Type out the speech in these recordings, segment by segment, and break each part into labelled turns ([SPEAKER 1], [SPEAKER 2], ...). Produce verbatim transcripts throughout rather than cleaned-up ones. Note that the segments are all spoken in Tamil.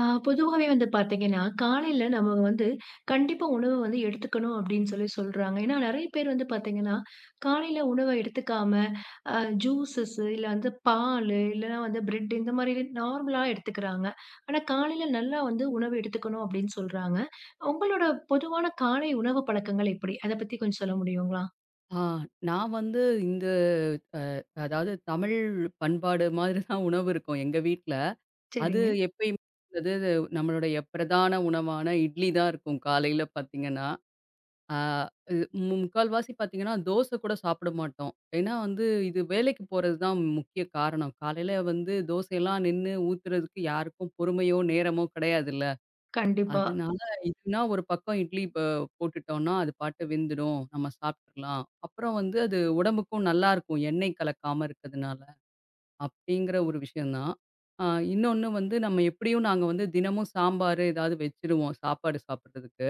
[SPEAKER 1] ஆ பொதுவாவே வந்து பார்த்தீங்கன்னா, காலையில நம்ம வந்து கண்டிப்பா உணவு வந்து எடுத்துக்கணும் அப்படின்னு சொல்லி சொல்றாங்க. ஏன்னா நெறைய பேர் வந்து பார்த்தீங்கன்னா, காலையில உணவ எடுத்துக்காம அ ஜூஸஸ் இல்ல வந்து பாலு, இல்லன்னா வந்து பிரெட் இந்த மாரி நார்மலா எடுத்துக்கிறாங்க. ஆனா காலையில நல்லா வந்து உணவு எடுத்துக்கணும் அப்படின்னு சொல்றாங்க. உங்களோட பொதுவான காலை உணவு பழக்கங்கள் எப்படி? அத பத்தி கொஞ்சம் சொல்ல முடியுங்களா?
[SPEAKER 2] ஆ, நான் வந்து இந்த அ அதாவது தமிழ் பண்பாடு மாதிரி தான் உணவு இருக்கும் எங்க வீட்ல. அது
[SPEAKER 1] சரிங்க.
[SPEAKER 2] எப்பயுமே அது நம்மளுடைய பிரதான உணவான இட்லி தான் இருக்கும் காலையில பார்த்தீங்கன்னா. ஆ இது மு முக்கால்வாசி பார்த்தீங்கன்னா, தோசை கூட சாப்பிட மாட்டோம். ஏன்னா வந்து இது வேலைக்கு போறது தான் முக்கிய காரணம். காலையில வந்து தோசையெல்லாம் நின்னு ஊத்துறதுக்கு யாருக்கும் பொறுமையோ, நேரமோ கிடையாதுல்ல.
[SPEAKER 1] கண்டிப்பா.
[SPEAKER 2] அதனால இதுன்னா ஒரு பக்கம் இட்லி ப போட்டுட்டோம்னா, அது பாட்டு வெந்துடும். நம்ம சாப்ட்டுறலாம். அப்புறம் வந்து அது உடம்புக்கும் நல்லாருக்கும். எண்ணெய் கலக்காம இருக்கிறதுனால. அப்டிங்கிற ஒரு விஷயம் தான். அ இன்னொன்னு வந்து நம்ம எப்படியும் நாங்க வந்து தினமும் சாம்பார் ஏதாவது வச்சுருவோம். சாப்பாடு சாப்பிடுறதுக்கு.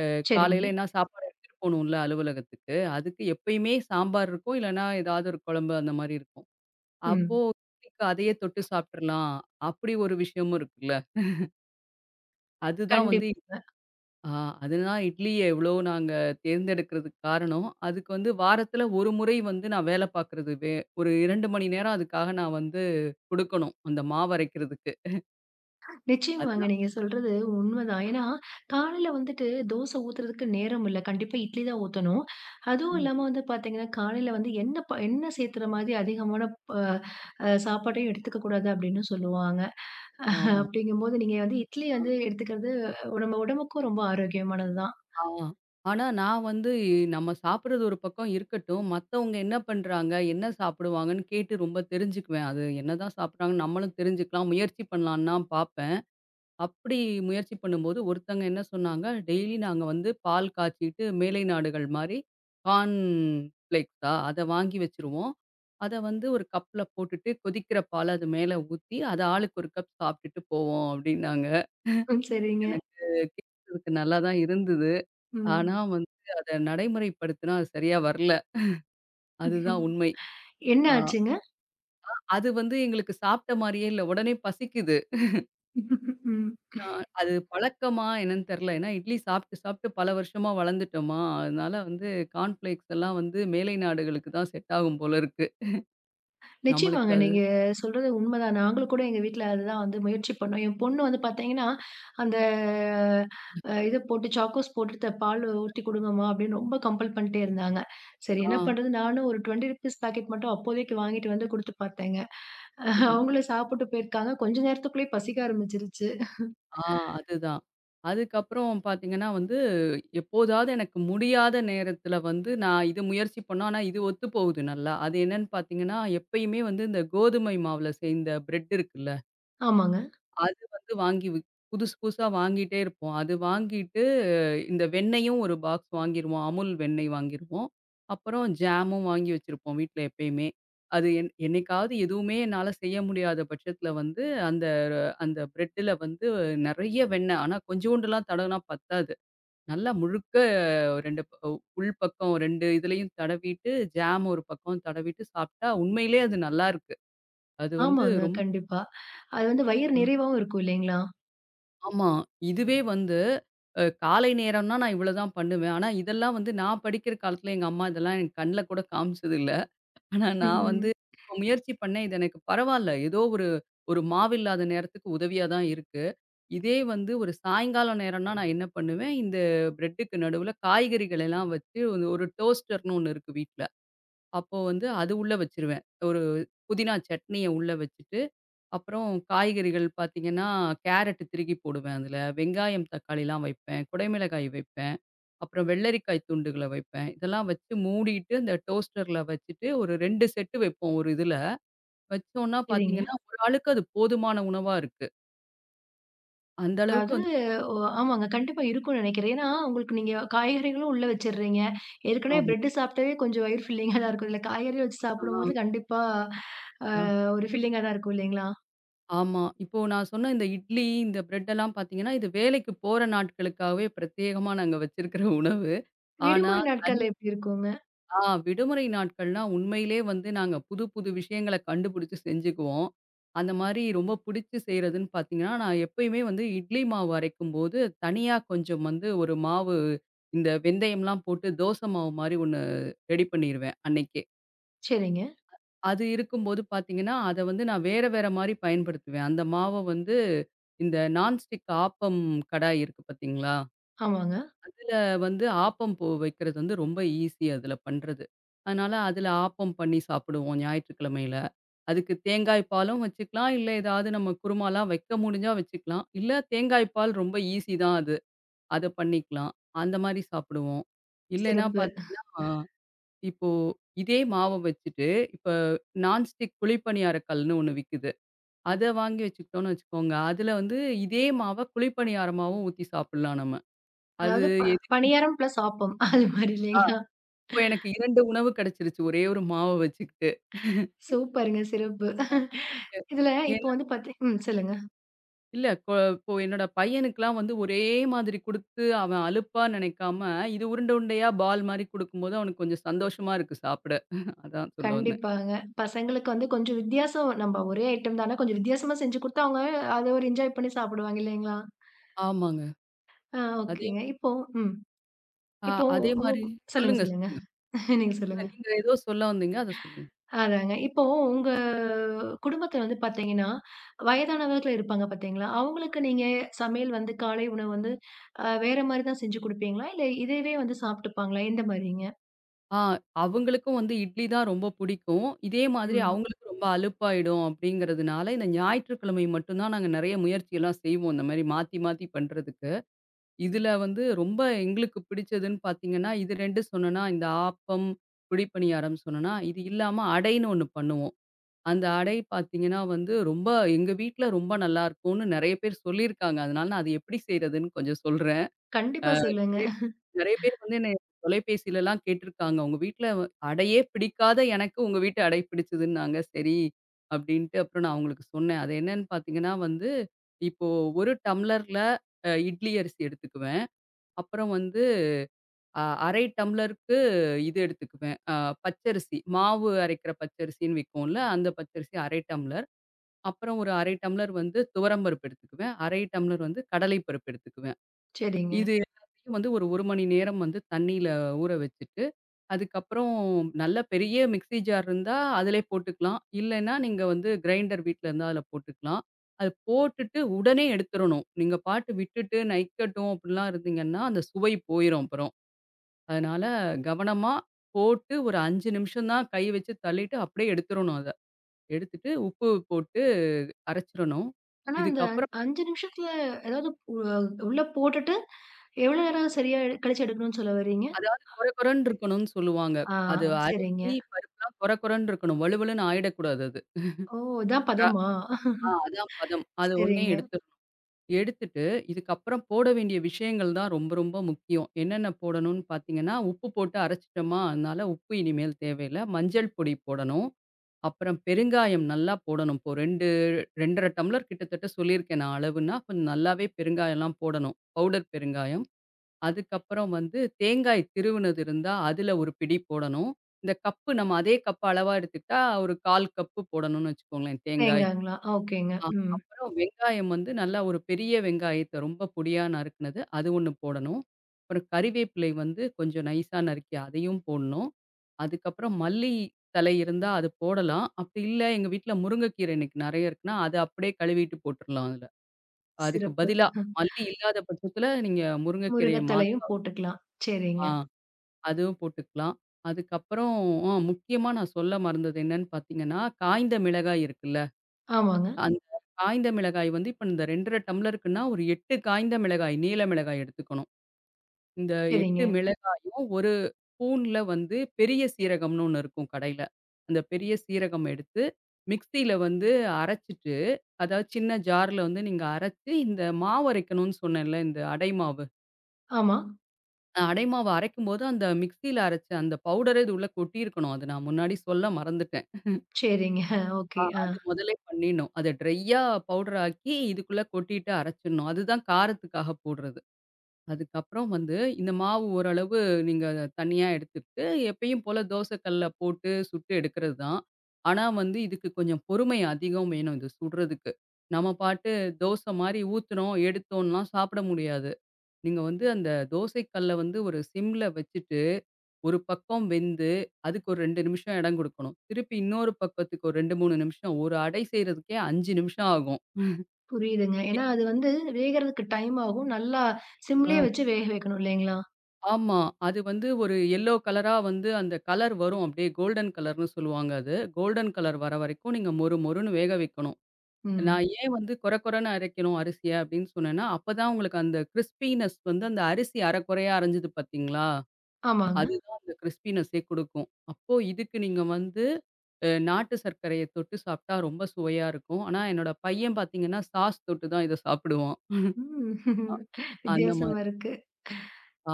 [SPEAKER 2] அ
[SPEAKER 1] சரிங்க.
[SPEAKER 2] காலையில என்ன சாப்பாடு எடுத்துட்டு போணும்ல அலுவலகத்துக்கு. அதுக்கு எப்பயுமே சாம்பார் இருக்கும். இல்லன்னா ஏதாவது ஒரு குழம்பு அந்த மாரி இருக்கும்.
[SPEAKER 1] ம்.
[SPEAKER 2] அப்போ இட்லிக்கு அதையே தொட்டு சாப்ட்டுறலாம். அப்படி ஒரு விஷயமும் இருக்குல்ல. அதுதான்
[SPEAKER 1] கண்டிப்பா.
[SPEAKER 2] வந்து ஆ அதுதான் இட்லிய எவ்வளோ நாங்க தேர்ந்தெடுக்கிறதுக்கு காரணம். அதுக்கு வந்து வாரத்துல ஒரு முறை வந்து நான் வேலை பார்க்குறது. வே ஒரு இரண்டு மணி நேரம் அதுக்காக நான் வந்து குடுக்கணும். அந்த மாவு அரைக்கிறதுக்கு.
[SPEAKER 1] நிச்சயமாங்க.
[SPEAKER 2] அதுதான்
[SPEAKER 1] நீங்க சொல்றது உண்மதான். ஏன்னா, காலையில வந்துட்டு தோசை ஊத்துறதுக்கு நேரம் இல்ல. கண்டிப்பா இட்லி தான் ஊத்தணும். அதுவும்
[SPEAKER 2] ம்.
[SPEAKER 1] இல்லாம வந்து பார்த்தீங்கன்னா, காலையில வந்து எண்ணெ ப எண்ணெய் சேர்த்துற மாதிரி அதிகமான ப அ சாப்பாட்டையும் எடுத்துக்க கூடாது அப்படின்னு சொல்லுவாங்க.
[SPEAKER 2] ஆமா.
[SPEAKER 1] அப்படிங்கும்போது நீங்க வந்து இட்லி
[SPEAKER 2] ஆ,
[SPEAKER 1] வந்து எடுத்துக்கிறது அஹ், நம்ம உடம்புக்கும் ரொம்ப ஆரோக்கியமானது தான்.
[SPEAKER 2] ஆ. ஆனா நான் வந்து நம்ம சாப்பிடுறது ஒரு பக்கம் இருக்கட்டும். மத்தவங்க என்ன பண்றாங்க? என்ன சாப்பிடுவாங்கன்னு கேட்டு ரொம்ப தெரிஞ்சுக்குவேன். அது என்னதான் சாப்பிடுறாங்கன்னு நம்மளும் தெரிஞ்சுக்கலாம். முயற்சி பண்ணலான்னு தான் பாப் அப்படி முயற்சி பண்ணும்போது ஒருத்தங்க என்ன சொன்னாங்க, டெய்லி நாங்க வந்து பால் காய்ச்சிட்டு மேலை நாடுகள் மாரி கார்ன் ஃப்ளேக்ஸா அத வாங்கி வச்சுருவோம். அத வந்து ஒரு கப்ல போட்டுட்டு கொதிக்கிற பால அது மேல ஊத்தி, அத ஆளுக்கு ஒரு கப் சாப்ட்டுட்டு போவோம் அப்டின்னாங்க.
[SPEAKER 1] ம் சரிங்க.
[SPEAKER 2] எனக்கு கேட்கறதுக்கு நல்லா தான் இருந்தது.
[SPEAKER 1] ம்.
[SPEAKER 2] ஆனா வந்து அத நடைமுறைப்படுத்துனா அது சரியா வரல. அதுதான் உண்மை.
[SPEAKER 1] என்ன
[SPEAKER 2] ஆ
[SPEAKER 1] ஆச்சுங்க?
[SPEAKER 2] அது வந்து எங்களுக்கு சாப்ட்ட மாரியே இல்ல. உடனே பசிக்குது.
[SPEAKER 1] ம்.
[SPEAKER 2] அ அது பழக்கமா என்னன்னு தெரியல. ஏன்னா இட்லி சாப்பிட்டு, சாப்பிட்டு பல வருஷமா வளர்ந்துட்டோமா, அதனால வந்து கார்ன்ஃப்ளேக்ஸ் எல்லாம் வந்து மேலை நாடுகளுக்கு தான் செட் ஆகும் போல இருக்கு. நம்மளுக்கு
[SPEAKER 1] நிச்சயமாங்க.
[SPEAKER 2] அது
[SPEAKER 1] நீங்க சொல்றது உண்மதான். நாங்களும் கூட எங்க வீட்ல அதுதான் வந்து முயற்சி பண்ணோம். என் பொண்ணு வந்து பாத்தீங்கன்னா, அந்த அ இத போட்டு சாக்கோஸ் போட்டு த பால் ஊத்தி குடுங்கம்மா அப்படின்னு ரொம்ப கம்பல் பண்ணிட்டே இருந்தாங்க. சரி
[SPEAKER 2] ஆ
[SPEAKER 1] என்ன பண்றது, நானும் ஒரு ₹இருபது பாக்கெட் மட்டும் அப்போதைக்கு வாங்கிட்டு வந்து குடுத்து பாத்தேங்க.
[SPEAKER 2] சரி.
[SPEAKER 1] அவங்களும் சாப்பிட்டு போயிருக்காங்க. கொஞ்ச நேரத்துக்குள்ளயே பசிக்க ஆரம்பிச்சிருச்சு.
[SPEAKER 2] ஆ அதுதான். அதுக்கப்புறம் பார்த்தீங்கன்னா வந்து, எப்போதாவது எனக்கு முடியாத நேரத்தில வந்து நான் இது முயற்சி பண்ணோம். ஆனா இது ஒத்து போகுது நல்லா. அது என்னன்னு பார்த்தீங்கன்னா, எப்பயுமே வந்து இந்த கோதுமை மாவுல செய்த பிரெட் இருக்குல்ல
[SPEAKER 1] ஆமாங்க,
[SPEAKER 2] அது வந்து வாங்கி விக் புதுசு புதுசா வாங்கிட்டே இருப்போம். அது வாங்கிட்டு இந்த வெண்ணெயும் ஒரு பாக்ஸ் வாங்கிருவோம். அமுல் வெண்ணெய் வாங்கிருவோம். அப்புறம் ஜாமும் வாங்கி வச்சிருப்போம் வீட்ல எப்பயுமே. அது என் என்னைக்காவது எதுவுமே என்னால செய்ய முடியாத பட்சத்துல வந்து அந்த அந்த பிரெட்டுல வந்து நெறைய வெண்ணெய். ஆனா கொஞ்சோண்டுலாம் தடவுனா பத்தாது. நல்லா முழுக்க இரண்டு ப உள் பக்கம் இரண்டு இதுலயும் தடவிட்டு, ஜாம் ஒரு பக்கம் தடவிட்டு சாப்ட்டா உண்மையிலே அது நல்லாருக்கு. அது வந்து
[SPEAKER 1] ஆமாங்க.
[SPEAKER 2] ரொம்
[SPEAKER 1] கண்டிப்பா. அது வந்து வயிறு நிறைவாவும் இருக்கும் இல்லைங்களா?
[SPEAKER 2] ஆமா. இதுவே வந்து அ காலை நேரம்னா நான் இவ்வளோதான் பண்ணுவேன். ஆனா, இதெல்லாம் வந்து நான் படிக்கிற காலத்துல எங்க அம்மா இதெல்லாம் எனக்கு கண்ல கூட காமிச்சதில்ல. ஆனா நான் வந்து
[SPEAKER 1] ம்.
[SPEAKER 2] இப்ப முயற்சி பண்ணேன். இது எனக்கு பரவால்ல. ஏதோ ஒரு ஒரு மாவில்லாத நேரத்துக்கு உதவியா தான் இருக்கு. இதே வந்து ஒரு சாயங்காலம் நேரம்னா நான் என்ன பண்ணுவேன், இந்த பிரெட்டுக்கு நடுவுல காய்கறிகள் எல்லாம் வச்சு ஒரு ஒரு டோஸ்டர்ன்னு ஒண்ணு இருக்கு வீட்ல. அப்போ வந்து அது உள்ள வச்சுருவேன். ஒரு புதினா சட்னிய உள்ள வச்சுட்டு அப்புறம் காய்கறிகள் பார்த்தீங்கன்னா, கேரட் திருகி போடுவேன் அதுல. வெங்காயம், தக்காளிலாம் வைப்பேன். குடைமிளகாய் வைப்பேன். அப்புறம் வெள்ளரிக்காய் துண்டுகள வைப்பேன். இதெல்லாம் வச்சு மூடிட்டு, அந்த டோஸ்டர்ல வச்சுட்டு ஒரு இரண்டு செட்டு வைப்போம் ஒரு இதுல. வச்சோம்ன்னா
[SPEAKER 1] சரிங்க.
[SPEAKER 2] பார்த்தீங்கன்னா, ஒரு ஆளுக்கு அது போதுமான உணவா இருக்கு. அந்த அளவுக்கு
[SPEAKER 1] அதாவது
[SPEAKER 2] வந்து
[SPEAKER 1] ஓ ஆமாங்க. கண்டிப்பா இருக்கும்னு நெனைக்கிறேன். ஏன்னா, உங்களுக்கு நீங்க காய்கறிகளும் உள்ள வச்சுடுறீங்க. ஏற்கனவே
[SPEAKER 2] ஆமா.
[SPEAKER 1] பிரெட் சாப்ட்டாவே கொஞ்சம் வயிறு ஃபில்லிங்கா தான் இருக்கும். இதுல காய்கறி வச்சு
[SPEAKER 2] ஆ, ஆ.
[SPEAKER 1] சாப்பிடும்போது கண்டிப்பா அ ஒரு ஃபில்லிங்கா தான் இருக்கும் இல்லைங்களா?
[SPEAKER 2] ஆமா. இப்போ நான் சொன்ன இந்த இட்லி, இந்த பிரெட்டெல்லாம் பார்த்தீங்கன்னா, இது வேலைக்கு போற நாட்களுக்காகவே பிரத்யேகமா நாங்க வச்சிருக்கிற உணவு. ஆனா,
[SPEAKER 1] விடுமுறை
[SPEAKER 2] தனி
[SPEAKER 1] நாட்கள்ல எப்படி இருக்குங்க?
[SPEAKER 2] ஆ விடுமுறை நாட்கள்னா உண்மையிலே வந்து நாங்க புது புது விஷயங்கள கண்டுபிடிச்சு செஞ்சுக்குவோம். அந்த மாரி ரொம்ப பிடிச்சு செய்றதுன்னு பார்த்தீங்கன்னா, நான் எப்பயுமே வந்து இட்லி மாவு அரைக்கும்போது, தனியா கொஞ்சம் வந்து ஒரு மாவு இந்த வெந்தயம்லாம் போட்டு தோசை மாவு மாரி ஒண்ணு ரெடி பண்ணிருவேன் அன்னைக்கே.
[SPEAKER 1] சரிங்க.
[SPEAKER 2] அது இருக்கும்போது பார்த்தீங்கன்னா, அத வந்து நான் வேற வேற மாரி பயன்படுத்துவேன். அந்த மாவ வந்து இந்த நான்ஸ்டிக் ஆப்பம் கடாய் இருக்கு பார்த்தீங்களா?
[SPEAKER 1] ஆமாங்க.
[SPEAKER 2] அதுல வந்து ஆப்பம் போ வைக்கிறது வந்து ரொம்ப ஈஸி அதுல பண்றது. அதனால அதுல ஆப்பம் பண்ணி சாப்பிடுவோம் ஞாயிற்றுக்கிழமையில. அதுக்கு தேங்காய் பாலும் வச்சுக்கலாம். இல்ல ஏதாவது நம்ம குருமாலாம் வைக்க முடிஞ்சா வச்சுக்கலாம். இல்ல தேங்காய் பால் ரொம்ப ஈஸி தான் அது. அத பண்ணிக்கலாம். அந்த மாரி சாப்பிடுவோம். இல்லைன்னா
[SPEAKER 1] சிறப்பு.
[SPEAKER 2] பார்த்தீங்கன்னா, இப்போ இதே மாவ வச்சுட்டு, இப்ப நான்ஸ்டிக் குழிப்பணியார கல்லுன்னு ஒண்ணு விக்குது. அத வாங்கி வச்சுக்கிட்டோம்னு வச்சுக்கோங்க. அதுல வந்து இதே மாவ குழிப்பணியாரமாவும் ஊத்தி சாப்பிடலாம் நம்ம. அது
[SPEAKER 1] அதாவது ப
[SPEAKER 2] எதுக்கு
[SPEAKER 1] பணியாரம் பிளஸ் ஆப்பம். அது மாரி இல்லைங்களா?
[SPEAKER 2] இப்போ எனக்கு இரண்டு உணவு கிடைச்சிருச்சு. ஒரே ஒரு மாவு வச்சுக்கிட்டு.
[SPEAKER 1] சூப்பருங்க. சிறப்பு. இதுல இப்போ
[SPEAKER 2] ஏன்னா
[SPEAKER 1] வந்து பாத்தீ ம் சொல்லுங்க.
[SPEAKER 2] இல்ல கொ இப்போ என்னோட பையனுக்குலாம் வந்து ஒரே மாதிரி குடுத்து, அவன் அலுப்பா நினைக்காம, இது உருண்டை உருண்டையா பால் மாரி குடுக்கும்போது அவனுக்கு கொஞ்சம் சந்தோஷமா இருக்கு சாப்பிட. அதான் சொல்ல வந்தேன்.
[SPEAKER 1] கண்டிப்பாங்க. பசங்களுக்கு வந்து கொஞ்சம் வித்தியாசம் நம்ம ஒரே ஐட்டம் தான கொஞ்சம் வித்தியாசமா செஞ்சு குடுத்தா அவங்க அத ஒரு என்ஜாய் பண்ணி சாப்பிடுவாங்க இல்லைங்களா?
[SPEAKER 2] ஆமாங்க.
[SPEAKER 1] ஆ
[SPEAKER 2] அதே
[SPEAKER 1] ஓகேங்க. இப்போ ம்.
[SPEAKER 2] அ
[SPEAKER 1] இப்போ
[SPEAKER 2] அதே
[SPEAKER 1] உங்க
[SPEAKER 2] மாரி
[SPEAKER 1] கு சொல்லுங்க,
[SPEAKER 2] சொல்லுங்க,
[SPEAKER 1] சொல்லுங்க.
[SPEAKER 2] சொல்லுங்க.
[SPEAKER 1] நீங்க
[SPEAKER 2] இல்ல
[SPEAKER 1] சொல்லுங்க.
[SPEAKER 2] நீங்க ஏதோ சொல்ல வந்தீங்க. அத சொல்லுங்க.
[SPEAKER 1] அதாங்க. இப்போ உங்க குடும்பத்தில வந்து பார்த்தீங்கன்னா, வயதானவர்கள் இருப்பாங்க பார்த்தீங்களா? அவங்களுக்கு நீங்க சமையல் வந்து காலை உணவு வந்து அ வேற மாரி தான் செஞ்சு குடுப்பீங்களா? இல்ல இதவே வந்து சாப்ட்டுப்பாங்களா? எந்த மாரிங்க?
[SPEAKER 2] ஆ அவங்களுக்கும் வந்து இட்லி தான் ரொம்ப புடிக்கும். இதே மாதிரி
[SPEAKER 1] ம்.
[SPEAKER 2] அவங்களுக்கும் ரொம்ப அலுப்பாயிடும் அப்படிங்கிறதுனால, இந்த ஞாயிற்றுக்கிழமை மட்டும் தான் நாங்க நெறைய முயற்சியெல்லாம் செய்வோம். இந்த மாரி மாத்தி மாத்தி பண்றதுக்கு. இதுல வந்து ரொம்ப எங்களுக்கு பிடிச்சதுன்னு பார்த்தீங்கன்னா, இது இரண்டு சொன்னனா, இந்த ஆப்பம், குழி பணியாரம் சொன்னனா, இது இல்லாம அடைன்னு ஒண்ணு பண்ணுவோம். அந்த அடை பார்த்தீங்கன்னா வந்து, ரொம்ப எங்க வீட்ல ரொம்ப நல்லாருக்கும்னு நெறைய பேர் சொல்லியிருக்காங்க. அதனால நான் அது எப்படி செய்றதுன்னு கொஞ்சம் சொல்றேன்.
[SPEAKER 1] கண்டிப்பா சொல்லுங்க.
[SPEAKER 2] நெறைய நெறைய பேர் வந்து என்னைய தொலைபேசிலலாம் கேட்டுருக்காங்க. உங்க வீட்ல வ அடையே பிடிக்காத எனக்கு உங்க வீட்டு அடை பிடிச்சதுன்னாங்க. சரி அப்படின்ட்டு அப்புறம் நான் அவங்களுக்கு சொன்னேன். அது என்னன்னு பார்த்தீங்கன்னா வந்து, இப்போ ஒரு டம்ளர்ல அ இட்லி அரிசி எடுத்துக்குவேன். அப்புறம் வந்து அ அரை டம்ளருக்கு இது எடுத்துக்குவேன். அ பச்சரிசி, மாவு அரைக்கிற பச்சரிசின்னு விக்கும்ல, அந்த பச்சரிசி அரை டம்ளர். அப்புறம் ஒரு அரை டம்ளர் வந்து துவரம் பருப்பு எடுத்துக்குவேன். அரை டம்ளர் வந்து கடலை பருப்பு எடுத்துக்குவேன்.
[SPEAKER 1] சரிங்க.
[SPEAKER 2] இது எல்லாத்தையும் வந்து ஒரு 1 மணி நேரம் வந்து தண்ணீல ஊற வச்சுட்டு, அதுக்கப்புறம் நல்ல பெரிய மிக்ஸி ஜார் இருந்தா அதிலே போட்டுக்கலாம். இல்லைன்னா நீங்க வந்து கிரைண்டர் வீட்ல இருந்தா அதில போட்டுக்கலாம். அது போட்டுட்டு உடனே எடுத்துறணும். நீங்க பாட்டு விட்டுட்டு நைக்கட்டும் அப்படிலாம் இருந்தீங்கன்னா, அந்த சுவை போயிரும் அப்புறம். அதனால கவனமா போட்டு ஒரு ஐந்து நிமிஷம் தான் கை வச்சு தள்ளிட்டு அப்படியே எடுத்துறணும் அத. எடுத்துட்டு உப்பு போட்டு அரைச்சிறணும்.
[SPEAKER 1] ஆனா அந்த
[SPEAKER 2] இதுக்கப்புறம்
[SPEAKER 1] ஐந்து நிமிஷத்துல ஏதாவது உ உள்ள போட்டுட்டு, எவ்வளோ நேரம் சரியா எடு- கழிச்சு எடுக்கணும்னு சொல்ல வர்றீங்க?
[SPEAKER 2] அதாவது கொர கொரன்னு இருக்கணும்னு சொல்லுவாங்க.
[SPEAKER 1] ஆ
[SPEAKER 2] அது
[SPEAKER 1] சரிங்க.
[SPEAKER 2] அரிசி, பருப்புலாம் கொர கொரன்னு இருக்கணும். வழுவழுன்னு ஆயிடக்கூடாது அது.
[SPEAKER 1] ஓ! இதான்
[SPEAKER 2] அ
[SPEAKER 1] பதமா?
[SPEAKER 2] ஆ அதான் பதம். அது உடனே
[SPEAKER 1] சரிங்க.
[SPEAKER 2] எடுத்துறணும். எடுத்துட்டு இதுக்கப்புறம் போட வேண்டிய விஷயங்கள் தான் ரொம்ப ரொம்ப முக்கியம். என்னென்ன போடணும்னு பார்த்தீங்கன்னா, உப்பு போட்டு அரைச்சிட்டோமா, அதனால உப்பு இனிமேல் தேவையில்ல. மஞ்சள் பொடி போடணும். அப்புறம் பெருங்காயம் நல்லா போடணும். இப்போ இரண்டு இரண்டரை டம்ளர் கிட்டத்தட்ட சொல்லியிருக்கேன் நான் அளவுன்னா, கொஞ்சம் நல்லாவே பெருங்காயம்லாம் போடணும். பவுடர் பெருங்காயம். அதுக்கப்புறம் வந்து தேங்காய் திருவுனது இருந்தா, அதுல ஒரு பிடி போடணும். இந்த கப்பு நம்ம அதே கப்பு அளவா எடுத்துக்கிட்டா, ஒரு கால் கப்பு போடணும்னு வச்சுக்கோங்களேன் தேங்காய்.
[SPEAKER 1] தேங்காங்களா? ஓகேங்க.
[SPEAKER 2] ஆ.
[SPEAKER 1] ம்.
[SPEAKER 2] அப்புறம் வெங்காயம் வந்து நல்லா ஒரு பெரிய வெங்காயத்த ரொம்ப பொடியா நறுக்குனது, அது ஒன்று போடணும். அப்புறம் கறிவேப்பிலை வந்து கொஞ்சம் நைஸா நறுக்கி அதையும் போடணும். அதுக்கப்புறம் மல்லி தழை இருந்தா அது போடலாம். அப்படி இல்ல எங்க வீட்ல முருங்கைக்கீரை இன்னைக்கு நெறைய இருக்குன்னா, அத அப்படியே கழுவிட்டு போட்டுறலாம் அதுல. அதுக்கு
[SPEAKER 1] சிறப்பு.
[SPEAKER 2] பதிலா மல்லி இல்லாத பட்சத்துல நீங்க
[SPEAKER 1] முருங்க
[SPEAKER 2] முருங்கைக்கீரைய
[SPEAKER 1] தழையும்
[SPEAKER 2] மாத்தலாம்.
[SPEAKER 1] போட்டுக்கலாம். சரிங்க.
[SPEAKER 2] ஆ அதுவும் போட்டுக்கலாம். அதுக்கப்புறம் ஆ முக்கியமா நான் சொல்ல மறந்தது என்னன்னு பார்த்தீங்கன்னா, காய்ந்த மிளகாய் இருக்குல்ல
[SPEAKER 1] ஆமாங்க.
[SPEAKER 2] அந்த காய்ந்த மிளகாய் வந்து இப்ப இந்த இரண்டரை டம்ளருக்குன்னா, ஒரு எட்டு காய்ந்த மிளகாய், நீல மிளகாய் எடுத்துக்கணும். இந்த எட்டு
[SPEAKER 1] சரிங்க.
[SPEAKER 2] மிளகாயும், ஒரு ஸ்பூன்ல வந்து பெரிய சீரகம்னு ஒண்ணு இருக்கும் கடையில. அந்த பெரிய சீரகம் எடுத்து, மிக்ஸியில வந்து அரைச்சுட்டு, அதாவது சின்ன ஜார்ல வந்து நீங்க அரைச்சு, இந்த மாவு அரைக்கணும்னு சொன்னேன்ல, இந்த அடை மாவு.
[SPEAKER 1] ஆமா.
[SPEAKER 2] அஹ் அடை மாவு அரைக்கும்போது, அந்த மிக்ஸியில அரைச்ச அந்த பவுடரே இது உள்ள கொட்டியிருக்கணும். அது நான் முன்னாடி சொல்ல மறந்துட்டேன்.
[SPEAKER 1] சரிங்க. ஓகே.
[SPEAKER 2] ஆ
[SPEAKER 1] ஆ.
[SPEAKER 2] அது முதலே பண்ணிடணும். அத ட்ரையா பவுடர் ஆக்கி, இதுக்குள்ள கொட்டிட்டு அரைச்சிடணும். அதுதான் காரத்துக்காக போடுறது. அதுக்கப்புறம் வந்து இந்த மாவு ஓரளவு நீங்க அத தனியா எடுத்துட்டு, எப்பயும் போல தோசை கல்ல போட்டு சுட்டு எடுக்கிறது தான். ஆனா வந்து இதுக்கு கொஞ்சம் பொறுமை அதிகம் வேணும், இது சுடுறதுக்கு. நம்ம பாட்டு தோசை மாரி ஊத்துனோம், எடுத்தோம்லாம் சாப்பிட முடியாது. நீங்க வந்து அந்த தோசைக்கல்ல வந்து ஒரு சிம்ல வச்சுட்டு, ஒரு பக்கம் வெந்து, அதுக்கு ஒரு இரண்டு நிமிஷம் இடம் குடுக்கணும். திருப்பி இன்னொரு பக்கத்துக்கு ஒரு இரண்டு, மூன்று நிமிஷம். ஒரு அடை செய்றதுக்கே ஐந்து நிமிஷம் ஆகும்.
[SPEAKER 1] புரியுதுங்க.
[SPEAKER 2] ஏ
[SPEAKER 1] ஏன்னா அது வந்து வேகறதுக்கு டைம் ஆகும். நல்லா சிம்லயே
[SPEAKER 2] அ
[SPEAKER 1] வச்சு வேக வைக்கணும் இல்லைங்களா?
[SPEAKER 2] ஆமா. அது வந்து ஒரு எல்லோ கலரா வந்து அந்த கலர் வரும். அப்படியே கோல்டன் கலர்ன்னு சொல்லுவாங்க அது. கோல்டன் கலர் வர வரைக்கும் நீங்க மொறு மொறுன்னு வேக வைக்கணும்.
[SPEAKER 1] ம்.
[SPEAKER 2] நான் ஏன் வந்து கொர கொரன்னு அரைக்கணும் அரிசிய அப்படின்னு சொன்னேன்னா, அப்பதான் உங்களுக்கு அந்த கிரிஸ்பினஸ் வந்து அந்த அரிசி அரை குறையா அரைஞ்சது பார்த்தீங்களா?
[SPEAKER 1] ஆமாங்க.
[SPEAKER 2] அதுதான் அந்த கிறிஸ்பினஸ்ஸே குடுக்கும். அப்போ இதுக்கு நீங்க வந்து அ நாட்டு சர்க்கரைய தொட்டு சாப்ட்டா ரொம்ப சுவையா இருக்கும். ஆனா என்னோட பையன் பாத்தீங்கன்னா, சாஸ் தொட்டு தான் இத சாப்பிடுவான்.
[SPEAKER 1] ம்.
[SPEAKER 2] அந்த
[SPEAKER 1] வித்தியாசமா
[SPEAKER 2] மாரி.
[SPEAKER 1] இருக்கு.
[SPEAKER 2] ஆ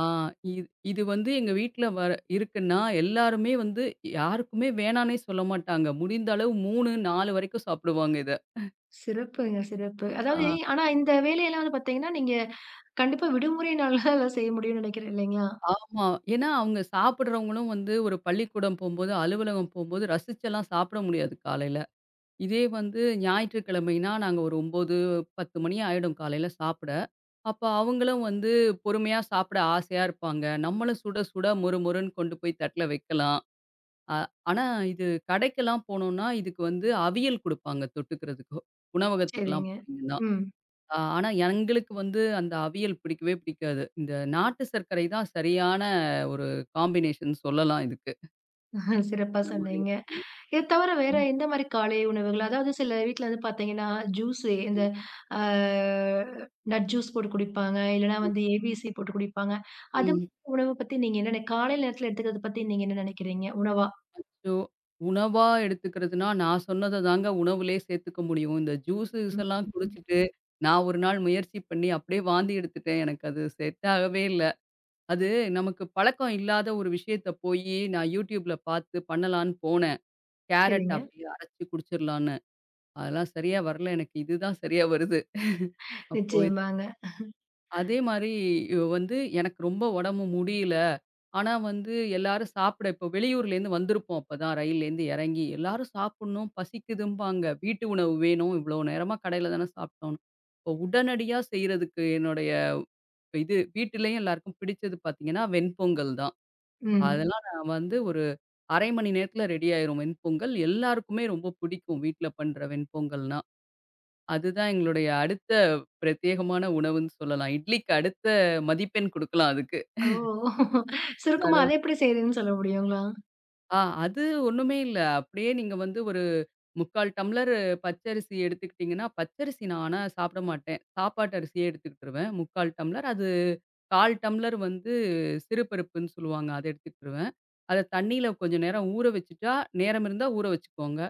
[SPEAKER 2] இது இது வந்து எங்க வீட்ல வர இருக்குன்னா, எல்லாருமே வந்து யாருக்குமே வேணான்னே சொல்ல மாட்டாங்க. முடிந்த அளவு மூன்று, நான்கு வரைக்கும் சாப்பிடுவாங்க இத.
[SPEAKER 1] சிறப்புங்க, சிறப்பு. அதாவது
[SPEAKER 2] ஆ
[SPEAKER 1] ஆனா இந்த வேலையெல்லாம் வந்து பார்த்தீங்கன்னா, நீங்க கண்டிப்பா விடுமுறை நாள்ல தான் செய்ய முடியும்னு நெனைக்கிறேன் இல்லைங்களா?
[SPEAKER 2] ஆமா. ஏன்னா அவங்க சாப்பிடுறவங்களும் வந்து ஒரு பள்ளிக்கூடம் போம்போது, அலுவலகம் போம்போது ரசிச்செல்லாம் சாப்பிட முடியாது காலையில. இதே வந்து ஞாயிற்றுக்கிழமைனா, நாங்க ஒரு ஒன்பது, பத்து மணி ஆயிடும் காலையில சாப்பிட. அப்ப அவங்களும் வந்து பொறுமையா சாப்பிட ஆசையா இருப்பாங்க. நம்மளும் சுட சுட மொறுமொறுன்னு கொண்டு போய் தட்டுல வைக்கலாம். அ ஆனா இது கடைக்கெல்லாம் போனோம்னா, இதுக்கு வந்து அவியல் குடுப்பாங்க தொட்டுக்கிறதுக்கு. உணவகத்துக்கெல்லாம்
[SPEAKER 1] சரிங்க.
[SPEAKER 2] போனீங்கன்னா.
[SPEAKER 1] ம்.
[SPEAKER 2] அ ஆனா எங்களுக்கு வந்து அந்த அவியல் பிடிக்கவே பிடிக்காது. இந்த நாட்டு சர்க்கரை தான் சரியான ஒரு காம்பினேஷன் சொல்லலாம் இதுக்கு.
[SPEAKER 1] சிறப்பா
[SPEAKER 2] அந்த மாரி
[SPEAKER 1] சொன்னீங்க.
[SPEAKER 2] இருக்கும்.
[SPEAKER 1] இத தவிர வேற
[SPEAKER 2] ம்.
[SPEAKER 1] எந்த மாரி காலை உணவுகள்? அதாவது சில வீட்ல வந்து பார்த்தீங்கன்னா, ஜூஸு இந்த
[SPEAKER 2] ம்.
[SPEAKER 1] ஆ நட் ஜூஸ் போட்டு குடிப்பாங்க. இல்லன்னா வந்து ஏபிசி போட்டு குடிப்பாங்க. அது மாதிரி
[SPEAKER 2] ம்.
[SPEAKER 1] உணவு பத்தி நீங்க என்ன நெ காலை நேரத்துல எடுத்துக்கிறத பத்தி நீங்க என்ன நெனைக்கிறீங்க? உணவா?
[SPEAKER 2] அச்சோ! உணவா எடுத்துக்கிறதுனா, நான் சொன்னத தாங்க உணவுலயே சேர்த்துக்க முடியும். இந்த ஜூஸு
[SPEAKER 1] ம்.
[SPEAKER 2] கீஸெல்லாம்
[SPEAKER 1] ம்.
[SPEAKER 2] குடிச்சுட்டு, நான் ஒரு நாள் முயற்சி பண்ணி அப்படியே வாந்தி எடுத்துட்டேன். எனக்கு அது செட் ஆகவே இல்ல. அது நமக்கு பழக்கம் இல்லாத ஒரு விஷயத்த போயி, நான் YouTubeல பார்த்து பண்ணலான்னு போனேன். கேரட்
[SPEAKER 1] சரிங்க.
[SPEAKER 2] அப்படியே அரைச்சு குடிச்சிரலான்னு. அதெல்லாம் சரியா வரல எனக்கு. இதுதான் சரியா வருது. அப்போ
[SPEAKER 1] நிச்சயமாங்க.
[SPEAKER 2] அதே மாரி இவ வந்து எனக்கு ரொம்ப உடம்பு முடியல. ஆனா வந்து எல்லாரும் சாப்பிட இப்போ வெளியூர்லேருந்து வந்திருப்போம் அப்பதான் ரயில்லேருந்து இறங்கி. எல்லாரும் சாப்பிடணும், பசிக்குதும்பாங்க. வீட்டு உணவு வேணும். இவ்வளோ நேரமா கடையில தானே சாப்பிட்டோம்னு. இப்போ உடனடியா செய்றதுக்கு என்னுடைய இது வீட்டிலேயும் எல்லாருக்கும் பிடிச்சது பார்த்தீங்கன்னா, வெண்பொங்கல் தான்.
[SPEAKER 1] ம்.
[SPEAKER 2] அதெல்லாம் நான் வந்து ஒரு அரை மணி நேரத்தில ரெடி ஆயிரும் வெண்பொங்கல். எல்லாருக்குமே ரொம்ப பிடிக்கும் வீட்ல பண்ற வெண்பொங்கல்னா. அதுதான் எங்களுடைய அடுத்த பிரத்யேகமான உணவுன்னு சொல்லலாம். இட்லிக்கு அடுத்த மதிப்பெண் குடுக்கலாம் அதுக்கு.
[SPEAKER 1] ஓ!
[SPEAKER 2] அந்த
[SPEAKER 1] சுருக்கமா அத
[SPEAKER 2] அளவுக்கு.
[SPEAKER 1] எப்படி செய்றதுன்னு சொல்ல முடியுங்களா?
[SPEAKER 2] ஆ அது ஒண்ணுமே இல்ல. அப்படியே நீங்க வந்து ஒரு முக்கால் டம்ளர் பச்சரிசி எடுத்துக்கிட்டீங்கன்னா, பச்சரிசி நான் ஆனா சாப்பிட மாட்டேன். சாப்பாட்டு அரிசியே எடுத்துக்கிட்டுருவேன். முக்கால் டம்ளர். அது கால் டம்ளர் வந்து சிறுபருப்புன்னு சொல்லுவாங்க. அத எடுத்துக்கிட்டுருவேன். அத தண்ணீல கொஞ்சம் நேரம் ஊற வச்சுட்டா, நேரம் இருந்தா ஊற வச்சுக்கோங்க.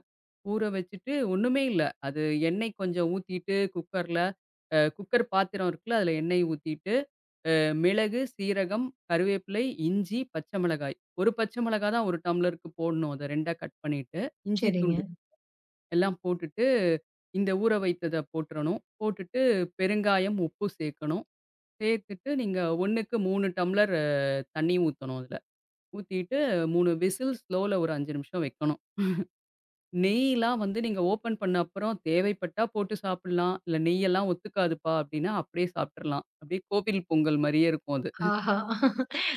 [SPEAKER 2] ஊற வச்சுட்டு ஒண்ணுமே இல்ல. அது எண்ணெய் கொஞ்சம் ஊத்திட்டு குக்கர்ல அ குக்கர் பாத்திரம் இருக்குல்ல, அதுல எண்ணெய் ஊத்திட்டு, அ மிளகு, சீரகம், கருவேப்பிலை, இஞ்சி, பச்சை மிளகாய். ஒரு பச்சை மிளகா தான் ஒரு டம்ளருக்கு போடணும். அத 2ஆ கட் பண்ணிட்டு, இஞ்சி
[SPEAKER 1] சரிங்க.
[SPEAKER 2] துண்டு எல்லாம் போட்டுட்டு, இந்த ஊற வைத்தத போட்டுறணும். போட்டுட்டு பெருங்காயம், உப்பு சேர்க்கணும். சேர்த்துட்டு நீங்க 1க்கு மூன்று டம்ளர் அ தண்ணி ஊத்தணும் அதுல. ஊத்திட்டு மூன்று விசில் ஸ்லோல ஒரு ஐந்து நிமிஷம் வைக்கணும். நெய்லாம் வந்து நீங்க ஓப்பன் பண்ண அப்புறம் தேவைப்பட்டா போட்டு சாப்பிடலாம். இல்ல நெய்யெல்லாம் ஒத்துக்காதுப்பா அப்படின்னா, அப்படியே சாப்பிட்டுறலாம். அப்படியே கோவில் பொங்கல் மாரியே இருக்கும் அது.
[SPEAKER 1] ஆஹா!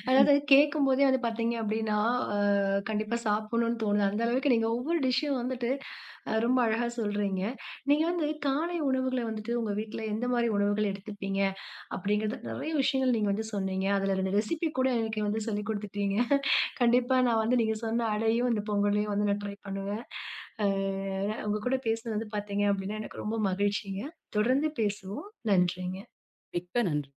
[SPEAKER 1] அதாவது கேட்கும்போதே வந்து பார்த்தீங்க அப்டின்னா, அ கண்டிப்பா சாப்பிடணும்னு தோணுது. அந்த அளவுக்கு நீங்க ஒவ்வொரு டிஷ்ஷும் வந்துட்டு அ ரொம்ப அழகா சொல்றீங்க. நீங்க வந்து காலை உணவுகள வந்துட்டு உங்க வீட்ல எந்த மாரி உணவுகள் எடுத்துப்பீங்க? அப்டிங்கிறது நெறைய விஷயங்கள் நீங்க வந்து சொன்னீங்க. அதுல ரெண்டு ரெசிபி கூட எனக்கு வந்து சொல்லிக் குடுத்துட்டீங்க. கண்டிப்பா நான் வந்து நீங்க சொன்ன அடையும், இந்த பொங்கலையும் வந்து நான் ட்ரை பண்ணுவேன். அ உங்க கூட பேசினது வந்து பார்த்தீங்க அப்டின்னா, எனக்கு ரொம்ப மகிழ்ச்சிங்க. தொடர்ந்து பேசுவோம். நன்றிங்க.
[SPEAKER 2] மிக்க நன்றி.